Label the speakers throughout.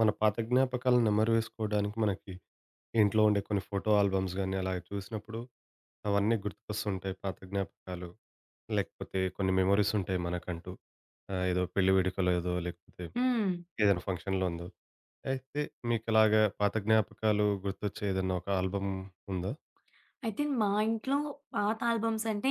Speaker 1: మన పాత జ్ఞాపకాలను నెమరు వేసుకోవడానికి మనకి ఇంట్లో ఉండే కొన్ని ఫోటో ఆల్బమ్స్ కానీ అలాగే చూసినప్పుడు అవన్నీ గుర్తుకొస్తుంటాయి పాత జ్ఞాపకాలు, లేకపోతే కొన్ని మెమొరీస్ ఉంటాయి మనకంటూ. ఏదో పెళ్లి వేడుకలో ఏదో లేకపోతే
Speaker 2: హ్మ్.
Speaker 1: ఏదైనా ఫంక్షన్లో ఉందో, అయితే మీకు ఇలాగా పాత జ్ఞాపకాలు గుర్తొచ్చే ఏదైనా ఒక ఆల్బమ్ ఉందా?
Speaker 2: అయితే మా ఇంట్లో పాత ఆల్బమ్స్ అంటే,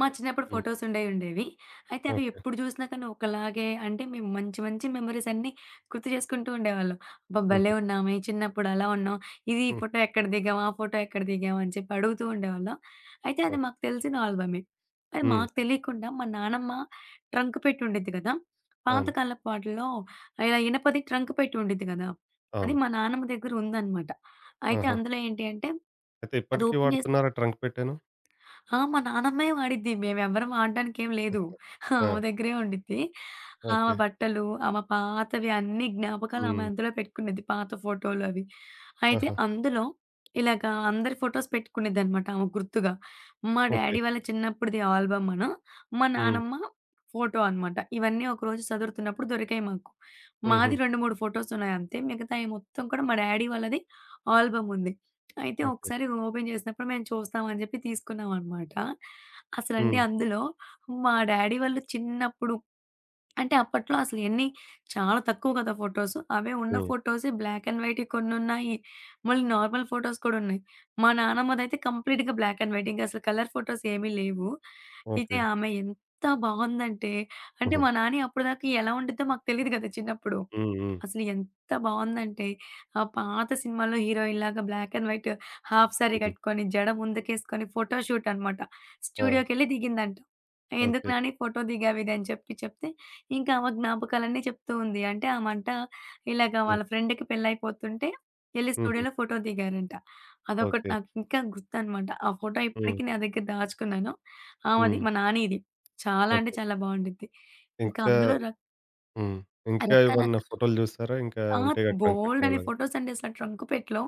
Speaker 2: మా చిన్నప్పుడు
Speaker 1: ఉమ్.
Speaker 2: ఫోటోస్ ఉండేయుండేవి. అయితే అవి
Speaker 1: ఓకే.
Speaker 2: ఎప్పుడు జూసినా కానీ ఒకలాగే అంటే మేము మంచి మంచి మెమోరీస్ అన్నీ గుర్తు చేసుకుంటూ ఉండేవాళ్ళం. అబ్బా! భలే
Speaker 1: ఉహు.
Speaker 2: ఉన్నామే చిన్నప్పుడు అలా ఉన్నాం. ఈ
Speaker 1: ఉమ్.
Speaker 2: ఫోటో ఎక్కడ దిగాం, ఆ ఫోటో ఎక్కడ దిగాం అని చెప్పి అడుగుతూ ఉండేవాళ్ళం. అయితే అది
Speaker 1: ఓకే.
Speaker 2: మాకు తెలిసిన ఆల్బమే. అది
Speaker 1: ఉమ్.
Speaker 2: మాకు తెలియకుండా మా నానమ్మ ట్రంక్ పెట్టి ఉండిద్ది గదా! పాత
Speaker 1: అవును.
Speaker 2: కాలపు వాటిల్లో ఇలా ఇనపది ట్రంక్ పెట్టి ఉండిద్ది గదా! అది
Speaker 1: అవును.
Speaker 2: మా నానమ్మ దగ్గర ఉందనమాట. అయితే
Speaker 1: ఆహా.
Speaker 2: అందులో ఏంటి అంటే,
Speaker 1: అయితే
Speaker 2: అది
Speaker 1: ఇప్పటికీ
Speaker 2: ఓపెన్ చేసి
Speaker 1: వాడుతున్నారా ట్రంక్ పెట్టాను?
Speaker 2: ఆ! మా నానమ్మే వాడిద్ది. మేమెవ్వరం వాడడానికేం లేదు.
Speaker 1: ఆ.
Speaker 2: ఆమె దగ్గరే ఉండిద్ది. ఆమె
Speaker 1: ఓకే.
Speaker 2: బట్టలు, ఆమె పాతవి అన్ని జ్ఞాపకాలు ఆమె
Speaker 1: ఉమ్.
Speaker 2: అందులో పెట్టుకునేది. పాత ఫోటోలు అవి. అయితే
Speaker 1: ఆహా.
Speaker 2: అందులో ఇలాగా అందరి ఫోటోస్ పెట్టుకునేదనమాట ఆమె గుర్తుగా. మా
Speaker 1: ఓకే.
Speaker 2: డ్యాడీ వాళ్ళ చిన్నప్పుడుది ఆల్బమ్ అను, మా
Speaker 1: ఉమ్.
Speaker 2: నానమ్మ ఫోటో అనమాట. ఇవన్నీ ఒకరోజు సదురుతున్నప్పుడు దొరికాయి మాకు.
Speaker 1: ఉహు.
Speaker 2: మాది 2, 3 ఫోటోస్ ఉన్నాయి అంతే. మిగతాయి మొత్తం కూడా మా డ్యాడీ వాళ్ళది ఆల్బమ్ ఉంది. అయితే
Speaker 1: ఓకే.
Speaker 2: ఒకసారి ఓపెన్ చేసినప్పుడు మేము చూస్తాం అని చెప్పి తీసుకున్నామనమాట. అసలంటే
Speaker 1: హ్మ్.
Speaker 2: అందులో మా డ్యాడీ వాళ్ళు చిన్నప్పుడు అంటే అప్పట్లో అసలు ఎన్ని చాలా తక్కువ కదా ఫోటోస్. అవే ఉన్న
Speaker 1: హ్మ్.
Speaker 2: ఫోటోసే బ్లాక్ అండ్ వైట్‌యి కొన్నున్నాయి. మళ్ళీ నార్మల్ ఫోటోస్ కూడా ఉన్నాయి. మా నానమ్మదైతే కంప్లీట్‌గా బ్లాక్ అండ్ వైట్. ఇంకసలు కలర్ ఫోటోస్ ఏమీ లేవు. అయితే
Speaker 1: ఓకే.
Speaker 2: ఆమె ఎంత బాగుందంటే అంటే
Speaker 1: హుహు.
Speaker 2: మా నాని అప్పటిదాకా ఎలా ఉండిద్దో మాకు తెలీదు కదా చిన్నప్పుడు.
Speaker 1: హ్మ్. హ్మ్.
Speaker 2: అసలు ఎంత బావుందంటే, ఆ పాత సినిమాల్లో హీరోయిన్‌లాగా black and white half sari
Speaker 1: హుహు.
Speaker 2: కట్టుకొని, జడ ముందుకేసుకొని ఫోటో షూట్ అనమాట.
Speaker 1: ఆ!
Speaker 2: స్టూడియోకెళ్ళి దిగిందంట. "ఎందుకు
Speaker 1: ఓకే.
Speaker 2: నాని ఫోటో దిగావు ఇది" అని చెప్తే, ఇంకా ఆమె జ్ఞాపకాలన్నీ చెప్తూ ఉంది. అంటే ఆమంట ఇలాగ
Speaker 1: హ్మ్.
Speaker 2: వాళ్ళ ఫ్రెండ్‌కి పెళ్లయిపోతుంటే, ఎళ్లి
Speaker 1: హుహు.
Speaker 2: స్టూడియోలో ఫోటో దిగారంట. అదొకటి
Speaker 1: ఓకే.
Speaker 2: నాకు ఇంకా గుర్తనమాట. ఆ ఫోటో
Speaker 1: హ్మ్.
Speaker 2: ఇప్పటికి నా దగ్గర దాచుకున్నాను. ఆమెది
Speaker 1: హ్మ్.
Speaker 2: మా నానిది. చాలా అంటే
Speaker 1: ఓకే.
Speaker 2: చాలా బావుండిద్ది. ఇంకా
Speaker 1: ఇంకా.
Speaker 2: అందులో రక్
Speaker 1: హ్మ్. ఇంకా
Speaker 2: రకర
Speaker 1: ఏమన్నా ఫోటోలు జూసారా? ఇంకా
Speaker 2: ఆ!
Speaker 1: ఉంటే గదా! ట్రంక్ పెట్టెలో
Speaker 2: బోలెడన్ని
Speaker 1: అలాగా?
Speaker 2: ఫోటోస్ అండి అసల ట్రంక్ పెట్టులో.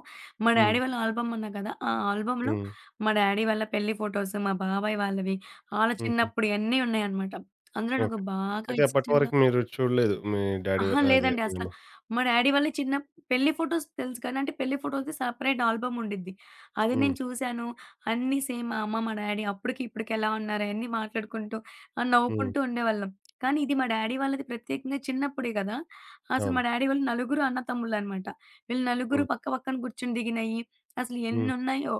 Speaker 2: మా
Speaker 1: హ్మ్.
Speaker 2: డ్యాడీ వాళ్ళ ఆల్బమ్ అన్నా కదా! ఆ ఆల్బమ్‌లో
Speaker 1: హ్మ్.
Speaker 2: మా డ్యాడీ వాళ్ళ పెళ్లి ఫోటోస్, మా బాబాయ్ వాళ్ళవి, ఆళ్ళ
Speaker 1: హుహు.
Speaker 2: చిన్నప్పుడియన్నీ ఉన్నాయన్నమాట. అందులో నాకు
Speaker 1: ఓకే.
Speaker 2: బాగా
Speaker 1: అయితే అప్పటి
Speaker 2: ఇష్టంగా
Speaker 1: వరకు మీరు చూడలేదు మీ డ్యాడీ,
Speaker 2: అహా!
Speaker 1: అదే
Speaker 2: లేదండి
Speaker 1: మీ
Speaker 2: అసల.
Speaker 1: అమ్మ.
Speaker 2: మా డ్యాడీ వాళ్ళ చిన్న పెళ్లి ఫోటోస్ తెలుసు కానీ అంటే పెళ్లి ఫోటోస్‌ది సెపరేట్ ఆల్బమ్ ఉండిద్ది. అది
Speaker 1: హ్మ్.
Speaker 2: నేను చూసాను. అన్నీ సేమ్ మా అమ్మ, మా డ్యాడీ అప్పటికి ఇప్పటికి ఎలా ఉన్నారు అయన్నీ మాట్లాడుకుంటూ
Speaker 1: హ్మ్.
Speaker 2: నవ్వుకుంటూ ఉండేవాళ్ళం. కానీ ఇది మా డ్యాడీ వాళ్ళది ప్రత్యేకంగా చిన్నప్పుడే గదా! అసలు
Speaker 1: అవును.
Speaker 2: మా డ్యాడీ వాళ్ళు నలుగురు అన్నతమ్ముళ్ళనమాట. వీళ్ళు నలుగురు
Speaker 1: హ్మ్.
Speaker 2: పక్క పక్కన కూర్చొని దిగినయి అసలు
Speaker 1: హ్మ్.
Speaker 2: ఎన్నున్నాయో.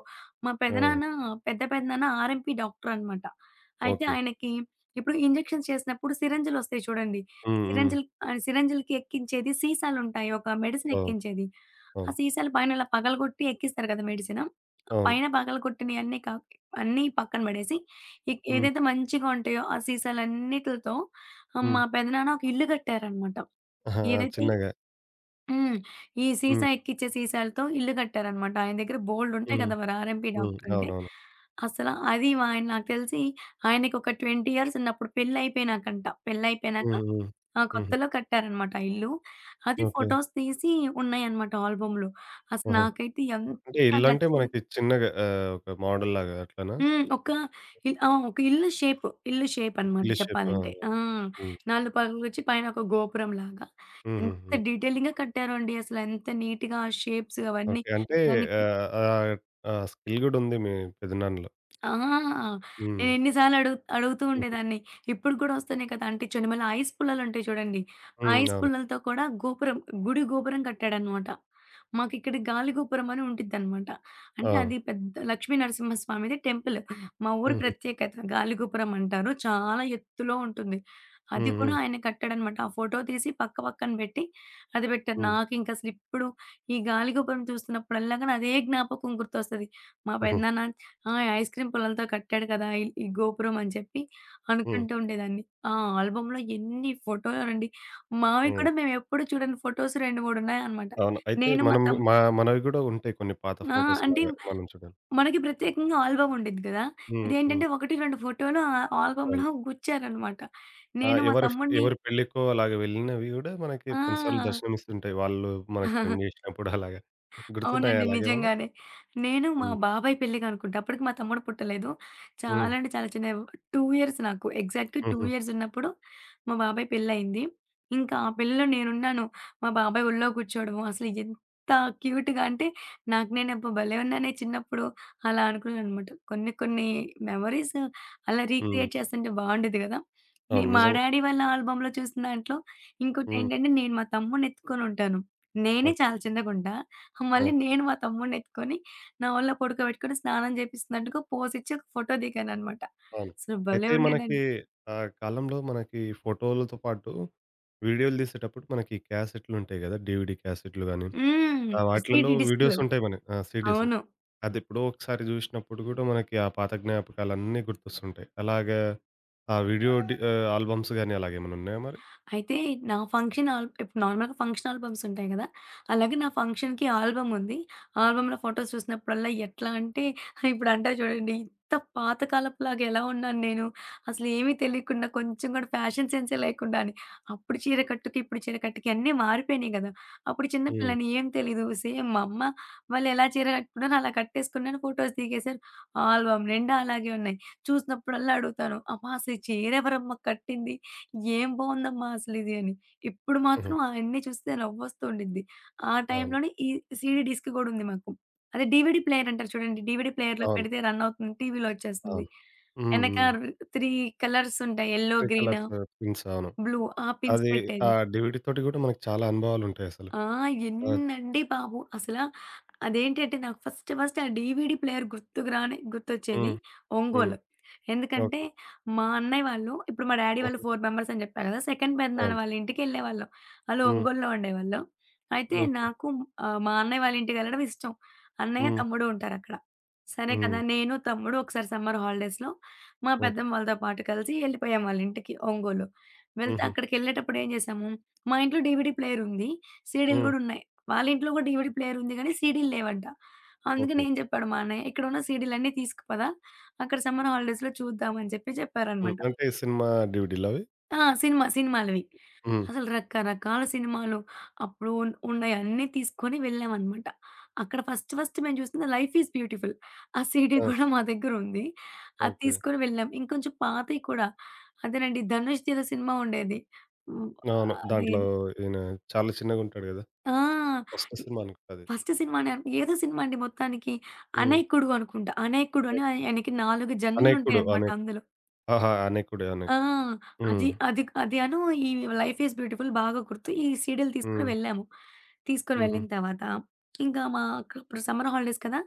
Speaker 2: మా
Speaker 1: ఆ!
Speaker 2: పెదనాన్న పెద్ద పెదనాన్న ఆర్ఎంపీ డాక్టర్ అనమాట. అయితే
Speaker 1: ఓకే.
Speaker 2: ఆయనకి ఇప్పుడు ఇంజెక్షన్స్ చేసినప్పుడు సిరంజిలొస్తాయి చూడండి.
Speaker 1: హ్మ్. హ్మ్.
Speaker 2: సిరంజిల్ సిరంజిలకి ఎక్కించేది సీసాలుంటాయి. ఒక మెడిసిన్
Speaker 1: అవును.
Speaker 2: ఎక్కించేది. ఆ
Speaker 1: అవును.
Speaker 2: సీసాలు పైన ఇలా పగలగొట్టి ఎక్కిస్తారు కదా! మెడిసిను. ఆ
Speaker 1: అవును.
Speaker 2: పైన పగలగొట్టినయన్నీ కా అన్నీ పక్కన పడేసి,
Speaker 1: హ్మ్.
Speaker 2: ఏదైతే మంచిగా ఉంటాయో ఆ సీసాలన్నిటిలతో
Speaker 1: హ్మ్.
Speaker 2: మా పెదనాన్న ఒక ఇల్లు కట్టారనమాట.
Speaker 1: ఆహా!
Speaker 2: ఏదైతే
Speaker 1: చిన్నగా.
Speaker 2: హ్మ్. ఈ సీసా
Speaker 1: హ్మ్.
Speaker 2: ఎక్కిచ్చే సీసాలతో ఇల్లు కట్టారనమాట. ఆయన దగ్గర బోలెడుంటాయి
Speaker 1: హ్మ్.
Speaker 2: కదా! మరి ఆర్ఎంపీ
Speaker 1: హ్మ్.
Speaker 2: డాక్టరంటే.
Speaker 1: అవునవును.
Speaker 2: అసలా అది మా ఆయన నాకు తెలిసి ఆయనకొక 20 ఇయర్స్ ఉన్నప్పుడు పెళ్లయిపోయినాకంట. పెళ్లయిపోయినాక
Speaker 1: హ్మ్. హ్మ్.
Speaker 2: ఆ!
Speaker 1: హుహు.
Speaker 2: కొత్తలో కట్టారనమాట ఆ ఇల్లు. అది
Speaker 1: ఓకే.
Speaker 2: ఫోటోస్ తీసి ఉన్నాయనమాట ఆల్బమ్‌లో. అసలు
Speaker 1: ఆహా!
Speaker 2: నాకైతే ఎంత
Speaker 1: అంటే ఇల్లంటే
Speaker 2: నచ్చింది
Speaker 1: మనకి చిన్నగా ఒక మోడల్‌లాగా అట్లనా?
Speaker 2: హ్మ్. ఒక ఆ! ఒక ఇల్లు షేప్, ఇల్లు షేప్ అనమాట
Speaker 1: ఇల్లు షేప్. ఆ!
Speaker 2: చెప్పాలంటే. ఆ!
Speaker 1: హ్మ్.
Speaker 2: 4 పగులొచ్చి పైన ఒక గోపురంలాగా ఎంత
Speaker 1: హుహుహు.
Speaker 2: డీటెయిలింగ్‌గా కట్టారో అండి. అసలెంత నీట్‌గా ఆ షేప్స్ అవన్నీ
Speaker 1: ఓకే. అంటే
Speaker 2: దాన్ని
Speaker 1: ఆహ్, ఆహ్, ఆ స్కిల్ గూడా ఉంది మీ పెదనాన్నలో.
Speaker 2: ఆ! నేను
Speaker 1: హ్మ్.
Speaker 2: ఎన్ని సార్లు అడుగుతూ
Speaker 1: హుహు.
Speaker 2: ఉండేదాన్ని. ఇప్పుడు కూడా వస్తున్నాయి కదా! అంటించండి. మళ్ళీ ఐస్ పుల్లలుంటాయి చూడండి.
Speaker 1: హ్మ్.
Speaker 2: ఐస్
Speaker 1: అవును.
Speaker 2: పుల్లలతో కూడా గోపురం, గుడి గోపురం కట్టాడనమాట. మాకిక్కడ గాలి గోపురం అని ఉండిద్దనమాట. అంటే
Speaker 1: ఆ!
Speaker 2: అది పెద్ద లక్ష్మీ నరసింహస్వామిది టెంపుల్. మా ఊరి
Speaker 1: హుహు.
Speaker 2: ప్రత్యేకత గాలి గోపురం అంటారు. చాలా ఎత్తులో ఉంటుంది. అది
Speaker 1: హ్మ్.
Speaker 2: కూడా
Speaker 1: హ్మ్.
Speaker 2: ఆయన కట్టాడనమాట. ఆ ఫోటో తీసి పక్క పక్కన పెట్టి అది పెట్టారు.
Speaker 1: హ్మ్.
Speaker 2: నాకింకసలు ఇప్పుడు ఈ గాలి గోపురం చూస్తున్నప్పుడల్లా గాని అదే జ్ఞాపకం గుర్తొస్తది. మా
Speaker 1: హుహు.
Speaker 2: పెదనాన్న ఆ! ఐస్ క్రీమ్ పుల్లలతో కట్టాడు కదా! ఈ ఈ గోపురం అని చెప్పి
Speaker 1: హ్మ్.
Speaker 2: అనుకుంటూ ఉండేదాన్ని. ఆ ఆల్బమ్‌లో ఎన్ని ఫోటోలండి. మావి
Speaker 1: హ్మ్.
Speaker 2: కూడా మేము ఎప్పుడు చూడని ఫోటోస్ 2, 3 ఉన్నాయన్నమాట.
Speaker 1: అవును. అయితే
Speaker 2: నేను మా
Speaker 1: మనం
Speaker 2: తమ్
Speaker 1: మనవి గూడా ఉంటాయి కొన్ని పాత
Speaker 2: ఆ!
Speaker 1: ఫోటోస్,
Speaker 2: అంటే
Speaker 1: అలాగా మనం చూడాలి.
Speaker 2: మనకి ప్రత్యేకంగా ఆల్బమ్ ఉండిద్ది కదా!
Speaker 1: హ్మ్.
Speaker 2: ఇదేంటంటే
Speaker 1: హ్మ్.
Speaker 2: 1, 2 ఫోటోలు ఆ
Speaker 1: అవును.
Speaker 2: ఆల్బమ్‌లో గుచ్చారన్నమాట.
Speaker 1: ఆ!
Speaker 2: నేను మా
Speaker 1: ఎవరి
Speaker 2: తమ్ముడిని
Speaker 1: ఎవరి పెళ్ళికో అలాగా వెళ్ళినవి గూడా మనకి కొన్ని సార్లు
Speaker 2: ఆ!
Speaker 1: దర్శనమిస్తుంటాయి వాళ్ళు మనకు సెండ్ జేసినప్పుడు అలాగా. గుర్తున్నాయా
Speaker 2: అవునండి.
Speaker 1: అలాగేమన్నా?
Speaker 2: నిజంగానే. నేను మా
Speaker 1: హ్మ్.
Speaker 2: బాబాయ్ పెళ్ళికనుకుంటా. అప్పటికి మా తమ్ముడు పుట్టలేదు. చాలా
Speaker 1: హ్మ్.
Speaker 2: అంటే చాలా చిన్న 2 ఇయర్స్ నాకు. ఎగ్జాక్ట్ 2
Speaker 1: హుహు.
Speaker 2: ఇయర్స్ ఉన్నప్పుడు మా బాబాయ్ పెళ్లయింది. ఇంకా ఆ పెళ్ళిలో నేనున్నాను. మా బాబాయ్ ఒళ్ళో కూర్చోవడము అసలు ఎంత క్యూట్‌గా అంటే నాకు నేను అబ్బా! భలే ఉన్నానే చిన్నప్పుడు అలా అనుకున్నాననమాట. కొన్ని కొన్ని మెమోరీస్ అలా
Speaker 1: హ్మ్.
Speaker 2: రీక్రియేట్ చేస్తుంటే బావుండేది గదా!
Speaker 1: అవును.
Speaker 2: మా
Speaker 1: నిజంగా.
Speaker 2: డ్యాడీ వాళ్ళ ఆల్బమ్‌లో చూసిన దాంట్లో
Speaker 1: హ్మ్.
Speaker 2: ఇంకోటేంటంటే నేను మా తమ్ముడిని ఎత్తుకొనుంటాను. నేనే
Speaker 1: ఓకే.
Speaker 2: చాలా చిన్నగుంటా. మళ్ళీ
Speaker 1: ఆ!
Speaker 2: నేను మా తమ్ముడినెత్తుకొని, నా ఒళ్ళో పడుకోబెట్టుకొని స్నానం జేపిస్తున్నట్టుగా పోజిచ్చి ఒక ఫోటో దిగాననమాట.
Speaker 1: అవును.
Speaker 2: అసలు భలే
Speaker 1: అయితే మనకి
Speaker 2: ఉండేదండి.
Speaker 1: ఆ కాలంలో మనకి ఫోటోలతో పాటు వీడియోలు తీసేటప్పుడు మనకి క్యాసెట్‌లుంటాయి గదా! డీవీడీ క్యాసెట్‌లు గానీ,
Speaker 2: హ్మ్.
Speaker 1: ఆ
Speaker 2: 3
Speaker 1: వాటిలలో
Speaker 2: డీ డిస్కులు.
Speaker 1: వీడియోస్ ఉంటాయి మన ఆ! సీడీస్.
Speaker 2: అవును.
Speaker 1: అది ఎప్పుడో ఒకసారి జూసినప్పుడు గూడా మనకి ఆ పాత జ్ఞాపకాలన్నీ గుర్తొస్తుంటాయి అలాగా. ఆ వీడియో ఆల్బమ్స్ గానీ అలాగేమన్నా ఉన్నాయా మరి?
Speaker 2: అయితే నా ఫంక్షన్ ఆల్ ఇప్పుడు నార్మల్‌గా ఫంక్షన్ ఆల్బమ్స్ ఉంటాయి గదా! అలాగే నా ఫంక్షన్‌కి ఆల్బమ్ ఉంది. ఆల్బమ్‌లో ఫోటోస్ చూసినప్పుడల్లా ఎట్లా అంటే ఇప్పుడు అంటారు చూడండి ఇంత పాత కాలపులాగా ఎలా ఉన్నాను నేను. అసలేమీ తెలియకుండా కొంచెం గూడా ఫ్యాషన్ సెన్సే లేకుండా అని. అప్పుడు చీర కట్టుకి, ఇప్పుడు చీర కట్టుకి అన్నీ మారిపోయినాయి గదా! అప్పుడు చిన్న
Speaker 1: హ్మ్.
Speaker 2: పిల్లని ఏం తెలీదు. సేమ్ మా అమ్మ వాళ్ళు ఎలా చీర కట్టుకున్నారో అలా కట్టేసుకున్నాను. ఫోటోస్ దిగేశారు. ఆల్బమ్ నిండా అలాగే ఉన్నాయి. చూసినప్పుడల్లా అడుగుతాను. అమ్మ అసలు ఈ చీర ఎవరమ్మ కట్టింది? "ఏం బావుందమ్మా అసలిది" అని. ఇప్పుడు
Speaker 1: హుహు.
Speaker 2: మాత్రం అయన్నీ చూస్తే నవ్వొస్తూ ఉండిద్ది. ఆ
Speaker 1: అవును.
Speaker 2: టైంలోనే ఈ సీడీ డిస్క్ గూడా ఉంది మాకు. అదే డీవీడీ ప్లేయర్ అంటారు చూడండి. డీవీడీ ప్లేయర్‌లో
Speaker 1: అవును.
Speaker 2: పెడితే రన్ అవుతుంది. టీవీలో వచ్చేస్తుంది.
Speaker 1: అవును. హ్మ్.
Speaker 2: ఎనక
Speaker 1: హ్మ్.
Speaker 2: ర్ 3 కలర్స్ ఉంటాయి. Yellow,
Speaker 1: three
Speaker 2: green,
Speaker 1: colours prints, అవును.
Speaker 2: బ్లూ ఆ పిన్స్
Speaker 1: అది. ఆ
Speaker 2: పెట్టేవి.
Speaker 1: డీవీడీ తోటి గూడా మనకి చాలా అనుభవాలుంటాయసలు.
Speaker 2: ఆ!
Speaker 1: ఆ!
Speaker 2: ఎన్నండి బాబు! అసలా అదేంటంటే నాకు ఫస్ట్ ఫస్ట్ ఆ డీవీడీ ప్లేయర్ గుర్తుకు రాని గుర్తొచ్చేది
Speaker 1: హ్మ్. హ్మ్.
Speaker 2: ఒంగోలు. ఎందుకంటే
Speaker 1: ఓకే.
Speaker 2: మా అన్నయ్య వాళ్ళు ఇప్పుడు మా డ్యాడీ వాళ్ళు
Speaker 1: హుహు.
Speaker 2: 4 మెంబర్స్ అని చెప్పా కదా! సెకండ్ పెదనాన్న
Speaker 1: అవును.
Speaker 2: వాళ్ళ ఇంటికెళ్ళేవాళ్ళం. ఆళ్ళు
Speaker 1: హ్మ్.
Speaker 2: ఒంగోలులో ఉండేవాళ్ళు. అయితే
Speaker 1: ఓకే.
Speaker 2: నాకు మా అన్నయ్య వాళ్ళ ఇంటికి వెళ్ళడం ఇష్టం. అన్నయ్య,
Speaker 1: హ్మ్.
Speaker 2: తమ్ముడు ఉంటారక్కడ. సరే కదా!
Speaker 1: హ్మ్.
Speaker 2: నేను, తమ్ముడు ఒకసారి సమ్మర్ హాలిడేస్‌లో మా
Speaker 1: ఓకే.
Speaker 2: పెద్దమ్మ వాళ్ళతో పాటు కలిసి ఎళ్ళిపోయాం వాళ్ళ ఇంటికి ఒంగోలు. వెళ్తే
Speaker 1: హుహు.
Speaker 2: అక్కడికెళ్ళేటప్పుడు ఏం చేశాము, మా ఇంట్లో డీవీడీ ప్లేయర్ ఉంది. సీడీలు
Speaker 1: హ్మ్.
Speaker 2: గూడా ఉన్నాయి. వాళ్ళ ఇంట్లో గూడా డీవీడీ ప్లేయర్ ఉంది గానీ, సీడీలు లేవంట. అందుకని
Speaker 1: ఓకే.
Speaker 2: ఏం జెప్పాడు మా అన్నయ్య, "ఇక్కడున్న సీడీలన్నీ తీసుకుపద. అక్కడ సమ్మర్ హాలిడేస్‌లో చూద్దాం" అని చెప్పి
Speaker 1: హ్మ్.
Speaker 2: చెప్పారనమాట.
Speaker 1: అంటే సినిమా డీవీడీలవి?
Speaker 2: ఆ! సినిమాలవి.
Speaker 1: హ్మ్.
Speaker 2: అసలు రకరకాల సినిమాలు అప్పుడు ఉన్నయన్నీ తీసుకొని వెళ్ళామనమాట. అక్కడ ఫస్ట్ ఫస్ట్ మేము చూసింది 'లైఫ్ ఈజ్ బ్యూటిఫుల్.' ఆ సీడీ
Speaker 1: ఆ!
Speaker 2: గూడా మా దగ్గరుంది. అది
Speaker 1: ఓకే.
Speaker 2: తీసుకొని వెళ్ళాం. ఇంకొంచెం పాతయి కూడా. అదేనండి 'ధనుష్‌ది' ఏదో సినిమా ఉండేది. హ్మ్.
Speaker 1: అవును.
Speaker 2: అది
Speaker 1: దాంట్లో ఈయన చాలా చిన్నగుంటాడు గదా!
Speaker 2: ఆ!
Speaker 1: First cinema అనుకుంటది.
Speaker 2: ఫస్ట్ సినిమానే అను ఏదో సినిమా అండి మొత్తానికి.
Speaker 1: హ్మ్.
Speaker 2: 'అనేకుడు' అనుకుంటా. 'అనేకుడు'
Speaker 1: ఓకే.
Speaker 2: అని ఆయనకి 4
Speaker 1: 'అనేకుడు'
Speaker 2: జన్మలుంటాయనమాట
Speaker 1: అనే
Speaker 2: అందులో.
Speaker 1: ఆహా! 'అనేకుడే'
Speaker 2: ఆ!
Speaker 1: 'అనేకుడు.' హ్మ్.
Speaker 2: అది, అది, అది అను ఈ 'లైఫ్ ఈజ్ బ్యూటిఫుల్' బాగా గుర్తు. ఈ సీడీలు తీసుకొని
Speaker 1: హ్మ్.
Speaker 2: వెళ్ళాము. తీసుకొని
Speaker 1: హుహు.
Speaker 2: వెళ్ళిన తర్వాత ఇంకా మాకు ఇప్పుడు సమ్మర్ హాలిడేస్ కదా!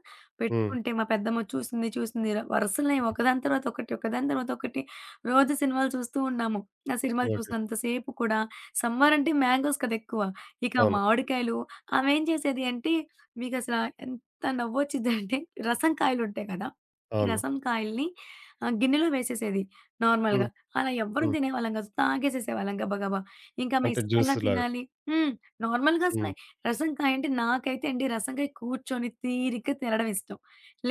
Speaker 1: హ్మ్.
Speaker 2: పెట్టుకుంటే మా పెద్దమ్మ చూసింది వరుసనే
Speaker 1: హ్మ్.
Speaker 2: ఒకదాని తర్వాత ఒకటి, ఒకదాని తర్వాత ఒకటి రోజు సినిమాలు చూస్తూ ఉన్నాము. ఆ సినిమాలు
Speaker 1: ఓకే.
Speaker 2: చూసినంత సేపు కూడా సమ్మర్ అంటే మ్యాంగోస్ కదా ఎక్కువ. ఇక
Speaker 1: అవును.
Speaker 2: మామిడికాయలు ఆమేం చేసేది అంటే మీకసల ఎంత నవ్వొచ్చిద్దంటే రసం కాయలుంటాయి కదా! ఈ
Speaker 1: అవును.
Speaker 2: రసం కాయల్ని గిన్నెలో వేసేసేది నార్మల్‌గా.
Speaker 1: హ్మ్.
Speaker 2: అలా ఎవ్వరం
Speaker 1: హ్మ్.
Speaker 2: తినేవాళ్ళం కాదు. తాగేసేసేవాళ్ళం గబగబా. ఇంకా మీ
Speaker 1: అంటే జ్యూస్
Speaker 2: ఇష్టంగా
Speaker 1: లాగా.
Speaker 2: తినాలి హ్మ్. నార్మల్‌గా అసల
Speaker 1: హ్మ్.
Speaker 2: రసంకాయ అంటే నాకైతే అండి రసంకాయ కూర్చొని తీరిగ్గా తినడం ఇష్టం.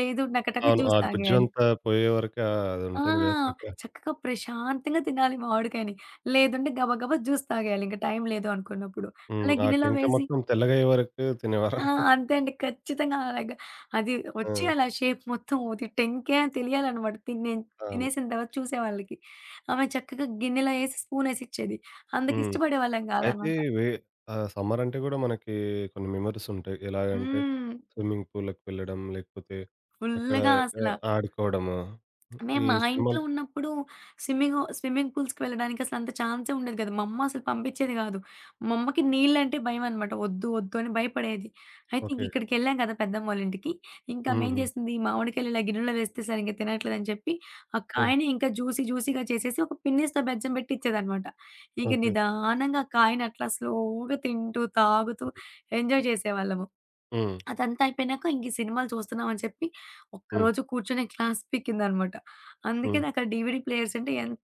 Speaker 2: లేదు టకటక
Speaker 1: అవును. ఆ
Speaker 2: జ్యూస్ తాగేయాలి.
Speaker 1: గుజ్జంతా పోయే వరకు అది
Speaker 2: ఆ!
Speaker 1: ఉంటుంది గదా! టెంక.
Speaker 2: చక్కగా ప్రశాంతంగా తినాలి మామిడికాయని. లేదంటే గబగబా జ్యూస్ తాగేయాలి ఇంక టైం లేదు అనుకున్నప్పుడు.
Speaker 1: హ్మ్.
Speaker 2: అలా
Speaker 1: ఆ
Speaker 2: గిన్నెలో
Speaker 1: టెంక
Speaker 2: వేసి
Speaker 1: మొత్తం తెల్లగయ్యే వరకు తినేవారు.
Speaker 2: ఆ! అంతే అండి. ఖచ్చితంగా అలాగా. అది
Speaker 1: ఆ!
Speaker 2: వచ్చేయాలి ఆ షేప్ మొత్తం. అది టెంకాయ అని తెలియాలనమాట.
Speaker 1: అవును.
Speaker 2: తినేసిన తర్వాత చూసేవాళ్ళకి. ఆమె చక్కగా గిన్నెలో ఏసి స్పూనేసిచ్చేది.
Speaker 1: హ్మ్.
Speaker 2: అంతకిష్టపడేవాళ్ళం
Speaker 1: అయితే
Speaker 2: కాదనమాట.
Speaker 1: వే సమ్మర్ అంటే గూడా మనకి కొన్ని మెమోరీస్ ఉంటాయి. ఎలాగంటే
Speaker 2: హ్మ్.
Speaker 1: స్విమ్మింగ్ పూల్‌లకి వెళ్ళడం, లేకపోతే అక్కడ
Speaker 2: ఫుల్లుగా అసల
Speaker 1: ఆడుకోవడము.
Speaker 2: మేము
Speaker 1: ఈ
Speaker 2: మా ఇంట్లో
Speaker 1: సినిమాలు.
Speaker 2: ఉన్నప్పుడు స్విమ్మింగ్ పూల్స్‌కి వెళ్ళడానికి అసలంత ఛాన్సే ఉండేది కాదు. మా అమ్మ అసలు పంపించేది కాదు. మా అమ్మకి నీళ్ళంటే భయమనమాట. వద్దు, వద్దు అని భయపడేది. అయితే ఇంక
Speaker 1: ఓకే.
Speaker 2: ఇక్కడికెళ్ళాం కదా పెద్దమ్మోళ్ళింటికి, ఇంకా
Speaker 1: హ్మ్.
Speaker 2: ఆమేం
Speaker 1: హ్మ్.
Speaker 2: చేసింది మామిడికాయలు ఇలా గిన్నెలో వేస్తే సరింగ్గా తినట్లేదని చెప్పి, ఆ
Speaker 1: హ్మ్.
Speaker 2: కాయని ఇంకా జ్యూసీగా చేసేసి ఒక పిన్నిస్‌తో బెచ్చం పెట్టి ఇచ్చేదనమాట. ఇక
Speaker 1: ఓకే.
Speaker 2: నిదానంగా ఆ కాయని అట్లా స్లోగా తింటూ, తాగుతూ ఎంజాయ్ చేసేవాళ్ళము.
Speaker 1: హ్మ్.
Speaker 2: అదంతా అయిపోయినాక ఇంక ఈ సినిమాలు చూస్తున్నామని చెప్పి
Speaker 1: హ్మ్.
Speaker 2: ఒక్కరోజు కూర్చొని క్లాస్ పీకిందనమాట. అందుకే
Speaker 1: హ్మ్.
Speaker 2: నాకు ఆ డీవీడీ ప్లేయర్స్ అంటే ఎంత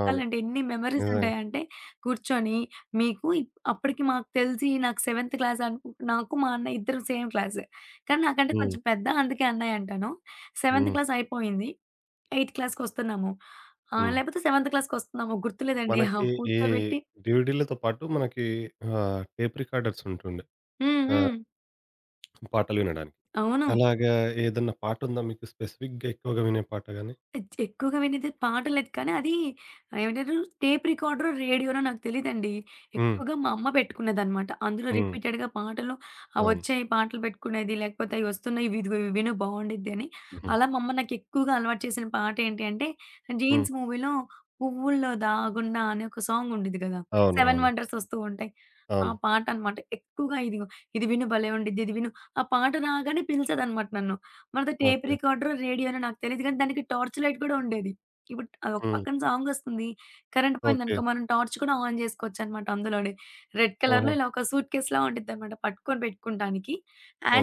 Speaker 1: అవును.
Speaker 2: ఎన్ని మెమోరీస్
Speaker 1: నిజంగా.
Speaker 2: ఉంటాయంటే, కూర్చొని మీకు అప్పటికి మాకు తెలిసి నాకు సెవెంత్ క్లాస్ అనుకు నాకు మా అన్నయ్య ఇద్దరం సేమ్ క్లాసే. కానీ నాకంటే
Speaker 1: హ్మ్.
Speaker 2: కొంచెం పెద్ద అందుకే అన్నయ్య అంటాను. సెవెంత్
Speaker 1: హ్మ్.
Speaker 2: క్లాస్ అయిపోయింది. ఎయిత్ క్లాస్‌కొస్తున్నాము.
Speaker 1: హ్మ్.
Speaker 2: లేపోతే సెవెంత్ క్లాస్‌కొస్తున్నాము గుర్తులేదండి. ఆ!
Speaker 1: మనకి ఈ
Speaker 2: కూర్చోబెట్టి
Speaker 1: డీవీడీలతో పాటు మనకి టేప్ రికార్డర్స్ ఉంటుండే.
Speaker 2: హ్మ్.
Speaker 1: ఆ!
Speaker 2: హ్మ్.
Speaker 1: పాటలు వినడానికి.
Speaker 2: అవును.
Speaker 1: అలాగా ఏదన్నా పాటుందా మీకు స్పెసిఫిక్‌గా ఎక్కువగా వినే పాట గాని?
Speaker 2: ఎక్కువగా వినేది పాటలేదు కానీ అది ఏమంటారు టేప్ రికార్డరో, రేడియోనో నాకు తెలీదండి.
Speaker 1: హ్మ్.
Speaker 2: ఎక్కువగా మా అమ్మ పెట్టుకునేదనమాట. అందులో
Speaker 1: హ్మ్.
Speaker 2: రిపీటెడ్‌గా పాటలు
Speaker 1: అవును.
Speaker 2: వచ్చాయి పాటలు పెట్టుకునేది. లేకపోతే అయి వస్తున్నాయి ఇవి ఇదిగో ఇవి విను బావుండిద్ది అని.
Speaker 1: హుహు.
Speaker 2: అలా మా అమ్మ నాకు ఎక్కువగా అలవాటు చేసిన పాట ఏంటి అంటే
Speaker 1: హ్మ్.
Speaker 2: 'జీన్స్' మూవీలో 'పువ్వుల్లో దాగున్నా' అనే ఒక సాంగ్ ఉండిద్ది కదా!
Speaker 1: అవును.
Speaker 2: 'సెవెన్
Speaker 1: అవును.
Speaker 2: వండర్స్' వస్తూ ఉంటాయి. ఆ
Speaker 1: అవును.
Speaker 2: పాట అనమాట. ఎక్కువగా ఇదిగో ఇది విను భలే ఉండిద్ది. ఇది విను ఆ పాట రాగానే పిలిచేదనమాట నన్ను. మనది టేప్
Speaker 1: ఓకే.
Speaker 2: రికార్డరో, రేడియోనో నాకు తెలీదు గానీ, దానికి టార్చ్ లైట్ గూడా ఉండేది. ఇప్పుడు ఒక
Speaker 1: హ్మ్.
Speaker 2: పక్కన సాంగొస్తుంది. Current
Speaker 1: okay.
Speaker 2: పోయిందనుకో మనం టార్చ్ కూడా ఆన్ జేసుకోవచ్చనమాట అందులోనే. రెడ్ కలర్‌లో
Speaker 1: ఆహా!
Speaker 2: ఇలా ఒక సూట్ కేస్‌లా ఉండిద్దనమాట పట్టుకొని పెట్టుకుంటానికి.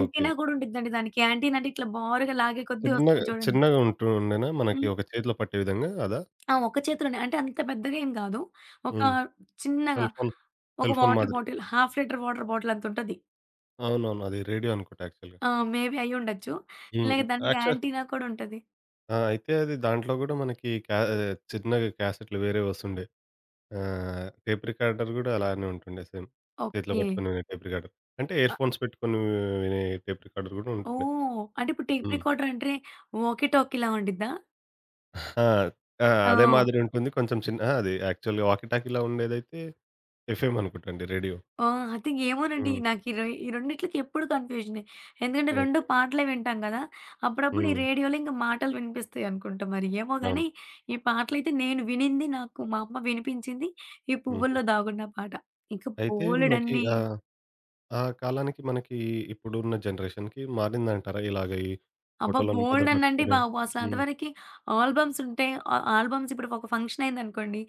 Speaker 1: ఓకే.
Speaker 2: గూడా ఉండిద్దండి దానికి. యాంటీనా అంటే ఇట్లా బారుగా లాగే కొద్దీ
Speaker 1: చిన్నగా
Speaker 2: వస్తుంది చూడండి.
Speaker 1: చిన్నగా ఉంటూ ఉండేనా మనకి
Speaker 2: హ్మ్.
Speaker 1: ఒక చేతిలో పట్టే విధంగా అదా?
Speaker 2: ఆ! ఒక్క చేతిలోనే. అంటే అంత పెద్దగా ఏం గాదు. ఒక
Speaker 1: హ్మ్.
Speaker 2: చిన్నగా
Speaker 1: సెల్ ఫోన్,
Speaker 2: ఒక వాటర్
Speaker 1: మాదిరి.
Speaker 2: Bottle, half litre water bottle అంతుంటది.
Speaker 1: అవునవును. అది రేడియో అనుకుంటా యాక్చువల్‌గా.
Speaker 2: ఆ! మేబీ అయ్యుండొచ్చు.
Speaker 1: హ్మ్.
Speaker 2: ఇలాగ దానికి
Speaker 1: యాక్చు.
Speaker 2: యాంటీనా కూడా ఉంటది.
Speaker 1: ఆ! అయితే అది దాంట్లో గూడా మనకి చిన్నగా క్యాసెట్లు వేరే వస్తుండే. టేప్ రికార్డర్ గూడా అలానే ఉంటుండే సేమ్. చేతిలో
Speaker 2: ఓకే.
Speaker 1: పట్టుకొని వినే టేప్ రికార్డర్. అంటే ఇయర్‌ఫోన్స్ పెట్టుకొని వినే టేప్ రికార్డర్ గూడా ఉంటుండే.
Speaker 2: ఓహ్! అంటే ఇప్పుడు టేప్
Speaker 1: హ్మ్.
Speaker 2: రికార్డర్ అంటే వోకీ టోకీలా ఉండిద్దా?
Speaker 1: ఆ! ఆ!
Speaker 2: ఆ!
Speaker 1: అదే మాదిరి ఉంటుంది. కొంచెం చిన్న అహా! అది యాక్చువల్‌గా వాకీ టాకీలా ఉండేదైతే ఎఫ్ఎం అనుకుంటాండి రేడియో.
Speaker 2: ఆ! ఐ థింక్ ఏమోనండి.
Speaker 1: హ్మ్.
Speaker 2: నాకు ఈ రెండిట్లకి ఎప్పుడు కన్‌ఫ్యూజనే. ఎందుకంటే 2
Speaker 1: ఓకే.
Speaker 2: పాటలే వింటాం గదా! అప్పుడప్పుడు ఈ
Speaker 1: హ్మ్.
Speaker 2: రేడియోలో ఇంక మాటలు వినిపిస్తాయి అనుకుంటా మరి. ఏమో గానీ
Speaker 1: అవును.
Speaker 2: ఈ పాటలైతే నేను వినింది నాకు మా అమ్మ వినిపించింది. ఈ
Speaker 1: హుహు.
Speaker 2: 'పువ్వుల్లో దాగున్న' పాట. ఇంక
Speaker 1: అయితే మనకి
Speaker 2: బోలెడన్ని
Speaker 1: ఆ కాలానికి మనకి ఇప్పుడున్న జనరేషన్‌కి మారిందంటారా? ఇలాగ ఈ
Speaker 2: అబ్బా!
Speaker 1: ఫోటోలను
Speaker 2: బోలెడన్నండి
Speaker 1: భద్రపరచుకునే.
Speaker 2: బాబు. అసలు
Speaker 1: హ్మ్.
Speaker 2: అంతవరకి ఆల్బమ్స్ ఉంటే ఆ ఆల్బమ్స్ ఇప్పుడు ఒక ఫంక్షన్ అయిందనుకోండి.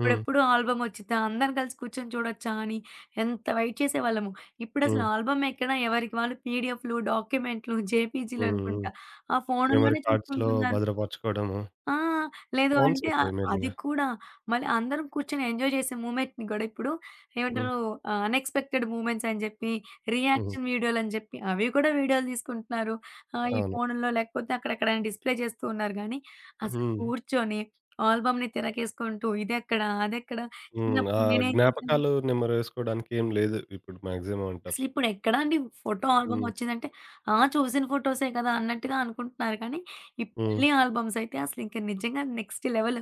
Speaker 1: హ్మ్.
Speaker 2: ఆల్బమ్ వచ్చిద్దా? అందరం కలిసి కూర్చొని చూడొచ్చా? అని ఎంత వెయిట్ చేసేవాళ్ళము. ఇప్పుడసలు
Speaker 1: హ్మ్.
Speaker 2: ఆల్బమ్ ఎక్కడ ఎవరికి వాళ్ళు పీడిఎఫ్‌లు, డాక్యుమెంట్‌లు, జేపీజీలు
Speaker 1: హ్మ్. హ్మ్.
Speaker 2: అనుకుంటా. ఆ
Speaker 1: మెమరీ
Speaker 2: ఫోనుల్లోనే
Speaker 1: కార్డ్స్‌లో
Speaker 2: చూసుకుంటున్నారు.
Speaker 1: భద్రపరచుకోవడము.
Speaker 2: ఆ! లేదు
Speaker 1: ఫోన్స్
Speaker 2: అంటే
Speaker 1: అయిపోయాయి
Speaker 2: అది
Speaker 1: మెయిన్‌గా.
Speaker 2: కూడా మళ్ళీ అందరం కూర్చొని ఎంజాయ్ చేసే మూమెంట్‌ని గూడా ఇప్పుడు
Speaker 1: హ్మ్.
Speaker 2: ఏమంటారు అన్‌ఎక్స్‌పెక్టెడ్ మూమెంట్స్ అని జెప్పి,
Speaker 1: హ్మ్.
Speaker 2: రియాక్షన్ వీడియోలని జెప్పి అవి కూడా వీడియోలు తీసుకుంటున్నారు. ఈ
Speaker 1: అవును.
Speaker 2: ఫోనుల్లో లేకపోతే అక్కడెక్కడైనా డిస్‌ప్లే చేస్తూ ఉన్నారు గానీ, అసలు
Speaker 1: హ్మ్.
Speaker 2: కూర్చొని ఆల్బమ్‌ని తిరగేసుకుంటూ ఇదెక్కడ? అదెక్కడ?
Speaker 1: హ్మ్. ఆ.
Speaker 2: చిన్నప్పుడు నేనేం చేశాను?
Speaker 1: జ్ఞాపకాలు నెమరేసుకోవడానికి ఏం లేదు ఇప్పుడు మాక్సిమం అంటారు.
Speaker 2: అసలిప్పుడు ఎక్కడండి ఫోటో ఆల్బమ్
Speaker 1: హ్మ్.
Speaker 2: వచ్చిందంటే, ఆ! చూసిన ఫోటోసే కదా! అన్నట్టుగా అనుకుంటున్నారు కానీ, ఈ
Speaker 1: హ్మ్.
Speaker 2: పెళ్లి ఆల్బమ్స్ అయితే అసలింక నిజంగా నెక్స్ట్ లెవెల్.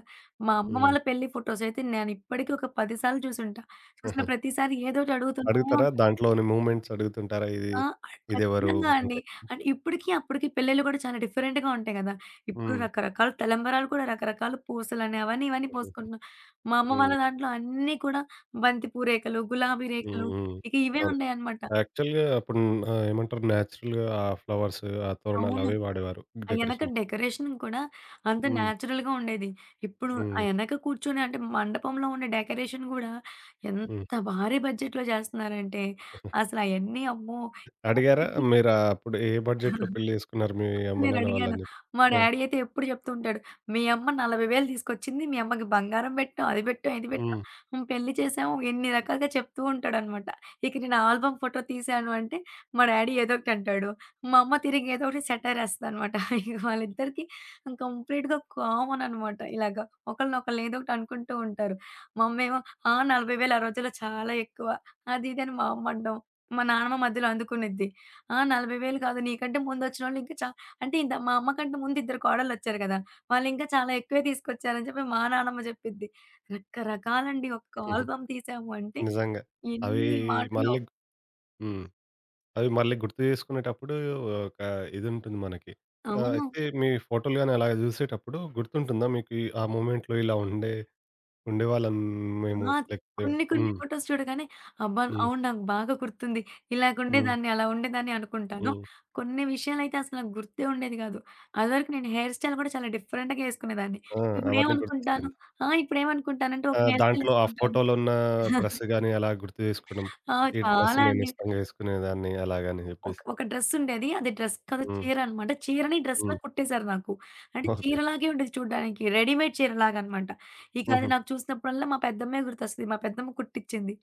Speaker 2: మా అమ్మ
Speaker 1: హ్మ్.
Speaker 2: వాళ్ళ పెళ్లి ఫోటోస్ అయితే నేనిప్పటికి ఒక 10 సార్లు చూసుంటా. చూసిన
Speaker 1: హుహు.
Speaker 2: ప్రతిసారి ఏదోటి అడుగుతూనే
Speaker 1: అడుగుతారా?
Speaker 2: ఉంటా.
Speaker 1: దాంట్లోని మూవ్‌మెంట్స్ అడుగుతుంటారా?
Speaker 2: ఆ!
Speaker 1: ఇదెవరు
Speaker 2: ఖచ్చితంగా అండి.
Speaker 1: అంటే?
Speaker 2: అంటే ఇప్పటికి, అప్పటికి పెళ్ళిళ్ళు కూడా చాలా డిఫరెంట్‌గా ఉంటాయి కదా! ఇప్పుడు
Speaker 1: హ్మ్.
Speaker 2: రకరకాల తలంబరాలు కూడా రకరకాల పూసలని అవన్నీ, ఇవన్నీ
Speaker 1: హుహు.
Speaker 2: పోసుకుంటున్నాం. మా అమ్మ వాళ్ళ
Speaker 1: హ్మ్.
Speaker 2: దాంట్లో అన్నీ కూడా బంతిపూ రేఖలు, గులాబీ
Speaker 1: హ్మ్.
Speaker 2: రేఖలు
Speaker 1: హ్మ్.
Speaker 2: ఇక ఇవే
Speaker 1: అవును.
Speaker 2: ఉన్నాయన్నమాట.
Speaker 1: యాక్చువల్‌గా అప్పుడు ఏమంటారు? నేచురల్‌గా ఆ ఫ్లవర్స్, ఆ తోరణాలు
Speaker 2: అవును.
Speaker 1: అవే వాడేవారు.
Speaker 2: ఆ యెనక
Speaker 1: డెకరేషన్.
Speaker 2: డెకరేషన్ కూడా అంత
Speaker 1: హ్మ్.
Speaker 2: నేచురల్‌గా ఉండేది. ఇప్పుడు ఆ
Speaker 1: హ్మ్.
Speaker 2: యెనక కూర్చొని అంటే మండపంలో ఉన్న డెకరేషన్ గూడా
Speaker 1: హ్మ్.
Speaker 2: ఎంత భారీ బడ్జెట్‌లో జేస్తున్నారంటే అసలయన్నీ అమ్మో!
Speaker 1: అడిగారా? మీరు అప్పుడు ఏ బడ్జెట్‌లో పెళ్లి చేసుకున్నారు మీ అమ్మ, నాన్న
Speaker 2: నేనడిగాను.
Speaker 1: వాళ్ళని చెప్పి?
Speaker 2: మా
Speaker 1: ఆ!
Speaker 2: డ్యాడీ అయితే ఎప్పుడు చెప్తూ ఉంటాడు. మీ అమ్మ 40,000 తీసుకొచ్చింది. మీ అమ్మకి బంగారం పెట్టాం, అది పెట్టాం, ఇది పెట్టాం.
Speaker 1: హ్మ్.
Speaker 2: హ్మ్. పెళ్లి చేసాము. ఇన్ని రకాలుగా చెప్తూ ఉంటాడనమాట. ఇక నేను ఆల్బమ్ ఫోటో తీశాను అంటే మా డ్యాడీ ఏదో ఒకటి అంటాడు. మా అమ్మ తిరిగి ఏదో ఒకటి సెటైర్ ఏస్తదనమాట. ఇక వాళ్ళిద్దరికీ కంప్లీట్‌గా కామన్ అనమాట. ఇలాగ ఒకళ్ళనొకళ్ళు ఏదో ఒకటి అనుకుంటూ ఉంటారు. మా అమ్మేమో ఆ! 40,000 ఆ రోజుల్లో చాలా ఎక్కువ. అది ఇది అని మా అమ్మ అనడం. మా నానమ్మ మధ్యలో అందుకునిద్ది. ఆ! 40,000 కాదు నీకంటే ముందొచ్చినోళ్ళు ఇంకా చా అంటే ఇంత మా అమ్మకంటే ముందు ఇద్దరు కోడళ్ళొచ్చారు గదా! వాళ్ళింకా చాలా ఎక్కువే తీసుకొచ్చారని చెప్పి మా నానమ్మ జెప్పిద్ది. రకరకాలండి ఒక్క
Speaker 1: హుహుహు.
Speaker 2: ఆల్బమ్ తీసాము అంటే
Speaker 1: నిజంగా. అవి
Speaker 2: ఎన్ని మాటలో.
Speaker 1: మళ్ళీ హ్మ్. అవి మళ్ళీ గుర్తు చేసుకునేటప్పుడు ఒక ఇదుంటుంది మనకి. ఆహ్,
Speaker 2: అవును.
Speaker 1: అయితే మీ ఫోటోలు గాని అలాగ చూసేటప్పుడు గుర్తుంటుందా మీకు ఈ ఆ మొమెంట్‌లో ఇలా ఉండేవాళ్ళం మేము
Speaker 2: ఆ!
Speaker 1: లేకపోతే?
Speaker 2: కొన్ని కొన్ని
Speaker 1: హ్మ్.
Speaker 2: ఫోటోస్ చూడగానే అబ్బా!
Speaker 1: హ్మ్.
Speaker 2: అవును నాకు బాగా గుర్తుంది.
Speaker 1: హ్మ్.
Speaker 2: ఇలాగుండేదాన్ని, అలా ఉండేదాన్ని అనుకుంటాను.
Speaker 1: హ్మ్.
Speaker 2: కొన్ని విషయాలైతే అసలు నాకు గుర్తే ఉండేది గాదు. అదివరకు నేను హెయిర్ స్టైల్ గూడా చాలా డిఫరెంట్‌గా యేసుకునేదాన్ని.
Speaker 1: ఆ! అవన్నీ
Speaker 2: ఇప్పుడేమనుకుంటాను
Speaker 1: గుర్తొస్తాయి.
Speaker 2: ఆ! ఇప్పుడేమనుకుంటానంటే
Speaker 1: ఆ!
Speaker 2: ఒక హెయిర్ స్టైల్
Speaker 1: దాంట్లో ఆ
Speaker 2: యేసుకుంటాను.
Speaker 1: ఫోటోలో ఉన్న డ్రెస్ గాని అలా గుర్తు చేసుకోవడం.
Speaker 2: ఆ!
Speaker 1: ఈ డ్రెస్
Speaker 2: చాలా
Speaker 1: నేను
Speaker 2: అండి.
Speaker 1: ఇష్టంగా వేసుకునేదాన్ని అలాగని
Speaker 2: ఒక
Speaker 1: చెప్పేసి.
Speaker 2: ఒక డ్రెస్సుండేది. అది డ్రెస్ కాదు
Speaker 1: హ్మ్.
Speaker 2: చీరనమాట. చీరని డ్రెస్‌లా
Speaker 1: హ్మ్.
Speaker 2: కుట్టేశారు నాకు. అంటే
Speaker 1: ఓకే.
Speaker 2: చీరలాగే ఉండేది చూడ్డానికి. రెడీమేడ్ చీరలాగనమాట. ఇక అది
Speaker 1: హుహు.
Speaker 2: నాకు చూసినప్పుడల్లా మా పెద్దమ్మే గుర్తొస్తది. మా పెద్దమ్మ కుట్టిచ్చింది.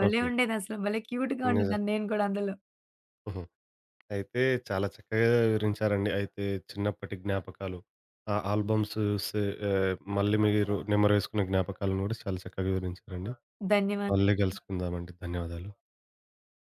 Speaker 2: భలే
Speaker 1: ఓకే.
Speaker 2: ఉండేదసలు. భలే క్యూట్‌గా
Speaker 1: నిజం.
Speaker 2: ఉండేదాన్ని నేను గూడా అందులో.
Speaker 1: హుహు. అయితే చాలా చక్కగా వివరించారండి. అయితే చిన్నప్పటి జ్ఞాపకాలు, ఆ ఆల్బమ్స్ సే మళ్ళీ మీరు నెమరేసుకున్న జ్ఞాపకాలను గూడా చాలా చక్కగా వివరించారండి. మళ్ళీ
Speaker 2: ధన్యవాదాలండి.
Speaker 1: కలుసుకుందామండి. ధన్యవాదాలు.